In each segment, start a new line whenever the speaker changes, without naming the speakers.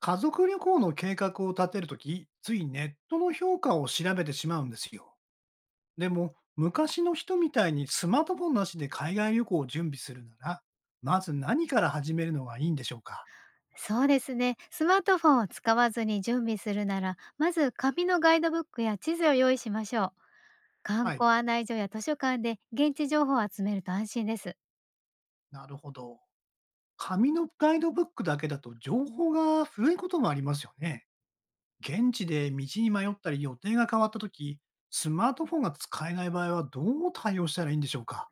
家族旅行の計画を立てるとき、ついネットの評価を調べてしまうんですよ。でも、昔の人みたいにスマートフォンなしで海外旅行を準備するなら、まず何から始めるのがいいんでしょうか？
そうですね。スマートフォンを使わずに準備するなら、まず紙のガイドブックや地図を用意しましょう。観
はい。
光案内所や図書館で現地情報を集めると安心です。
なるほど。紙のガイドブックだけだと情報が古いこともありますよね。現地で道に迷ったり予定が変わったとき、スマートフォンが使えない場合はどう対応したらいいんでしょうか？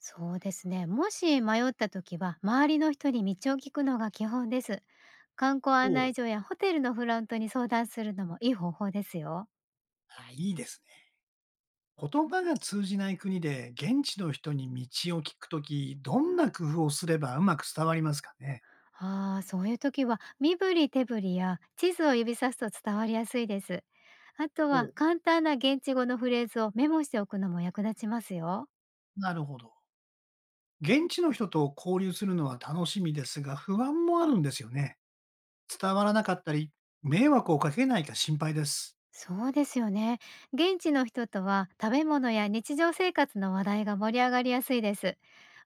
そうですね。もし迷った時は、周りの人に道を聞くのが基本です。観光
お
案内
う、
所やホテルのフロントに相談するのもいい方法ですよ。
あいいですね。言葉が通じない国で現地の人に道を聞くとき、どんな工夫をすればうまく伝わりますかね？
ああ、そういう時は身振り手振りや地図を指さすと伝わりやすいです。あとは
お、
簡単な現地語のフレーズをメモしておくのも役立ちますよ。
なるほど。現地の人と交流するのは楽しみですが、不安もあるんですよね。伝わらなかったり、迷惑をかけないか心配です。
そうですよね。現地の人とは食べ物や日常生活の話題が盛り上がりやすいです。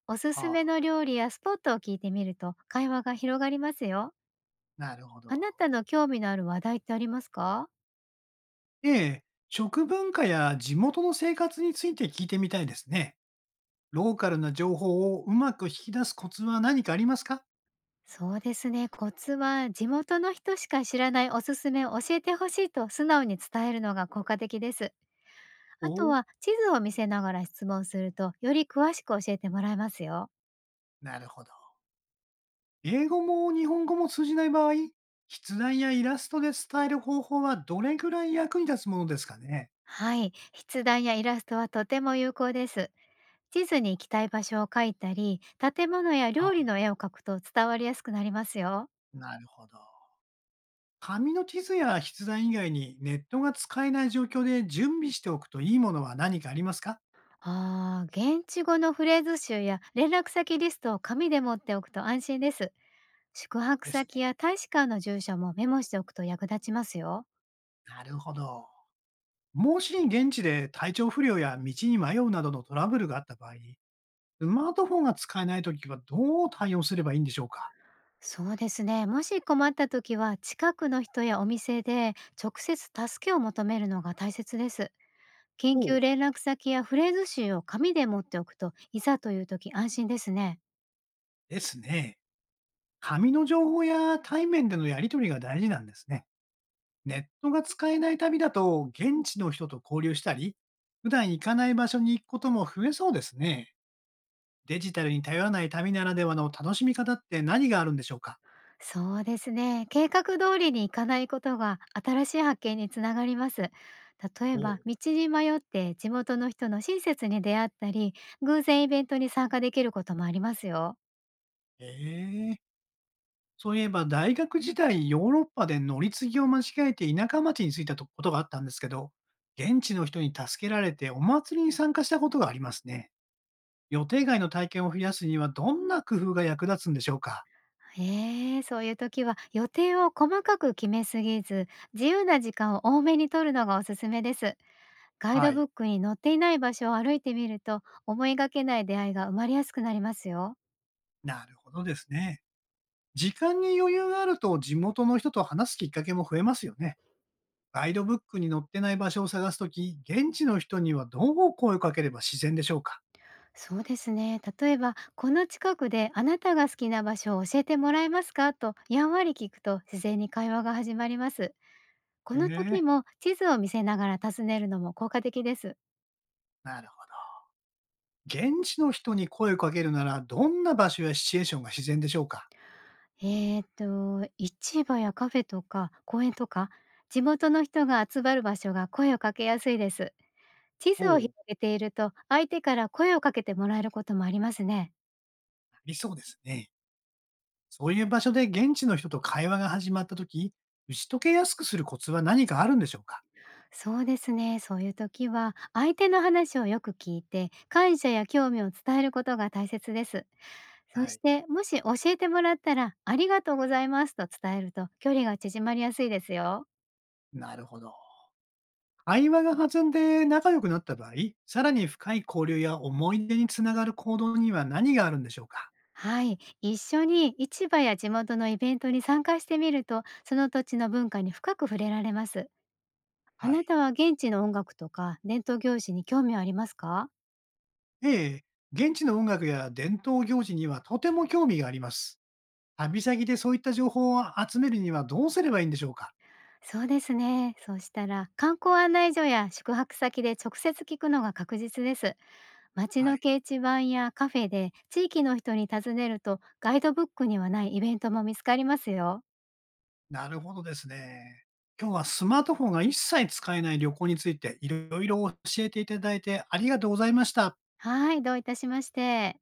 おすす
は
め
あ、
の料理やスポットを聞いてみると会話が広がりますよ。
なるほ
あ
ど。
なたの興味のある話題ってありますか？
ええ、食文化や地元の生活について聞いてみたいですね。ローカルな情報をうまく引き出すコツは何かありますか？
そうですね。コツは地元の人しか知らないおすすめを教えてほしいと素直に伝えるのが効果的です。あと
お、
は地図を見せながら質問するとより詳しく教えてもらえますよ。
なるほど。英語も日本語も通じない場合、筆談やイラストで伝える方法はどれぐらい役に立つものですかね？
はい。筆談やイラストはとても有効です。地図に行きたい場所を書いたり、建物や料
あ、
理の絵を描くと伝わりやすくなりますよ。
なるほど。紙の地図や筆談以外にネットが使えない状況で準備しておくといいものは何かありますか？
ああ、現地語のフレーズ集や連絡先リストを紙で持っておくと安心です。宿泊
ですね。
先や大使館の住所もメモしておくと役立ちますよ。
なるほど。もし現地で体調不良や道に迷うなどのトラブルがあった場合、スマートフォンが使えないときはどう対応すればいいんでしょうか？
そうですね。もし困った時は、近くの人やお店で直接助けを求めるのが大切です。緊
お
急
う、
連絡先やフレーズ集を紙で持っておくと、いざという時安心ですね。
ですね。紙の情報や対面でのやり取りが大事なんですね。ネットが使えない旅だと、現地の人と交流したり、普段行かない場所に行くことも増えそうですね。デジタルに頼らない旅ならではの楽しみ方って何があるんでしょうか？
そうですね。計画通りに行かないことが新しい発見につながります。例え
お
ば、
う、
道に迷って地元の人の親切に出会ったり、偶然イベントに参加できることもありますよ。
ええ、そういえば大学時代、ヨーロッパで乗り継ぎを間違えて田舎町に着いたとことがあったんですけど、現地の人に助けられてお祭りに参加したことがありますね。予定外の体験を増やすにはどんな工夫が役立つんでしょうか？
ええ、そういう時は予定を細かく決めすぎず、自由な時間を多めに取るのがおすすめです。ガイド
は
ブ
い。
ックに載っていない場所を歩いてみると、思いがけない出会いが生まれやすくなりますよ。
なるほどですね。時間に余裕があると地元の人と話すきっかけも増えますよね。ガイドブックに載ってない場所を探すとき、現地の人にはどう声をかければ自然でしょうか？
そうですね。例えば、この近くであなたが好きな場所を教えてもらえますか、とやんわり聞くと自然に会話が始まります。この
ええ、
時も地図を見せながら尋ねるのも効果的です。
なるほど。現地の人に声をかけるなら、どんな場所やシチュエーションが自然でしょうか？
市場やカフェとか公園とか、地元の人が集まる場所が声をかけやすいです。地図を
ほ
広
う、
げていると、相手から声をかけてもらえることもありますね。
ありそうですね。そういう場所で現地の人と会話が始まったとき、打ち解けやすくするコツは何かあるんでしょうか？
そうですね。そういう時は、相手の話をよく聞いて、感謝や興味を伝えることが大切です。そ
は
し
い。
て、もし教えてもらったら、ありがとうございますと伝えると、距離が縮まりやすいですよ。
なるほど。会話が弾んで仲良くなった場合、さらに深い交流や思い出につながる行動には何があるんでしょうか？
はい、一緒に市場や地元のイベントに参加してみると、その土地の文化に深く触れられます。あ
は
な
い。
たは現地の音楽とか伝統行事に興味はありますか？
ええ、現地の音楽や伝統行事にはとても興味があります。旅先でそういった情報を集めるにはどうすればいいんでしょうか？
そうですね。そうしたら観光案内所や宿泊先で直接聞くのが確実です。街
は
の
い。
掲示板やカフェで地域の人に尋ねると、ガイドブックにはないイベントも見つかりますよ。
なるほどですね。今日はスマートフォンが一切使えない旅行についていろいろ教えていただいてありがとうございました。
はい、どういたしまして。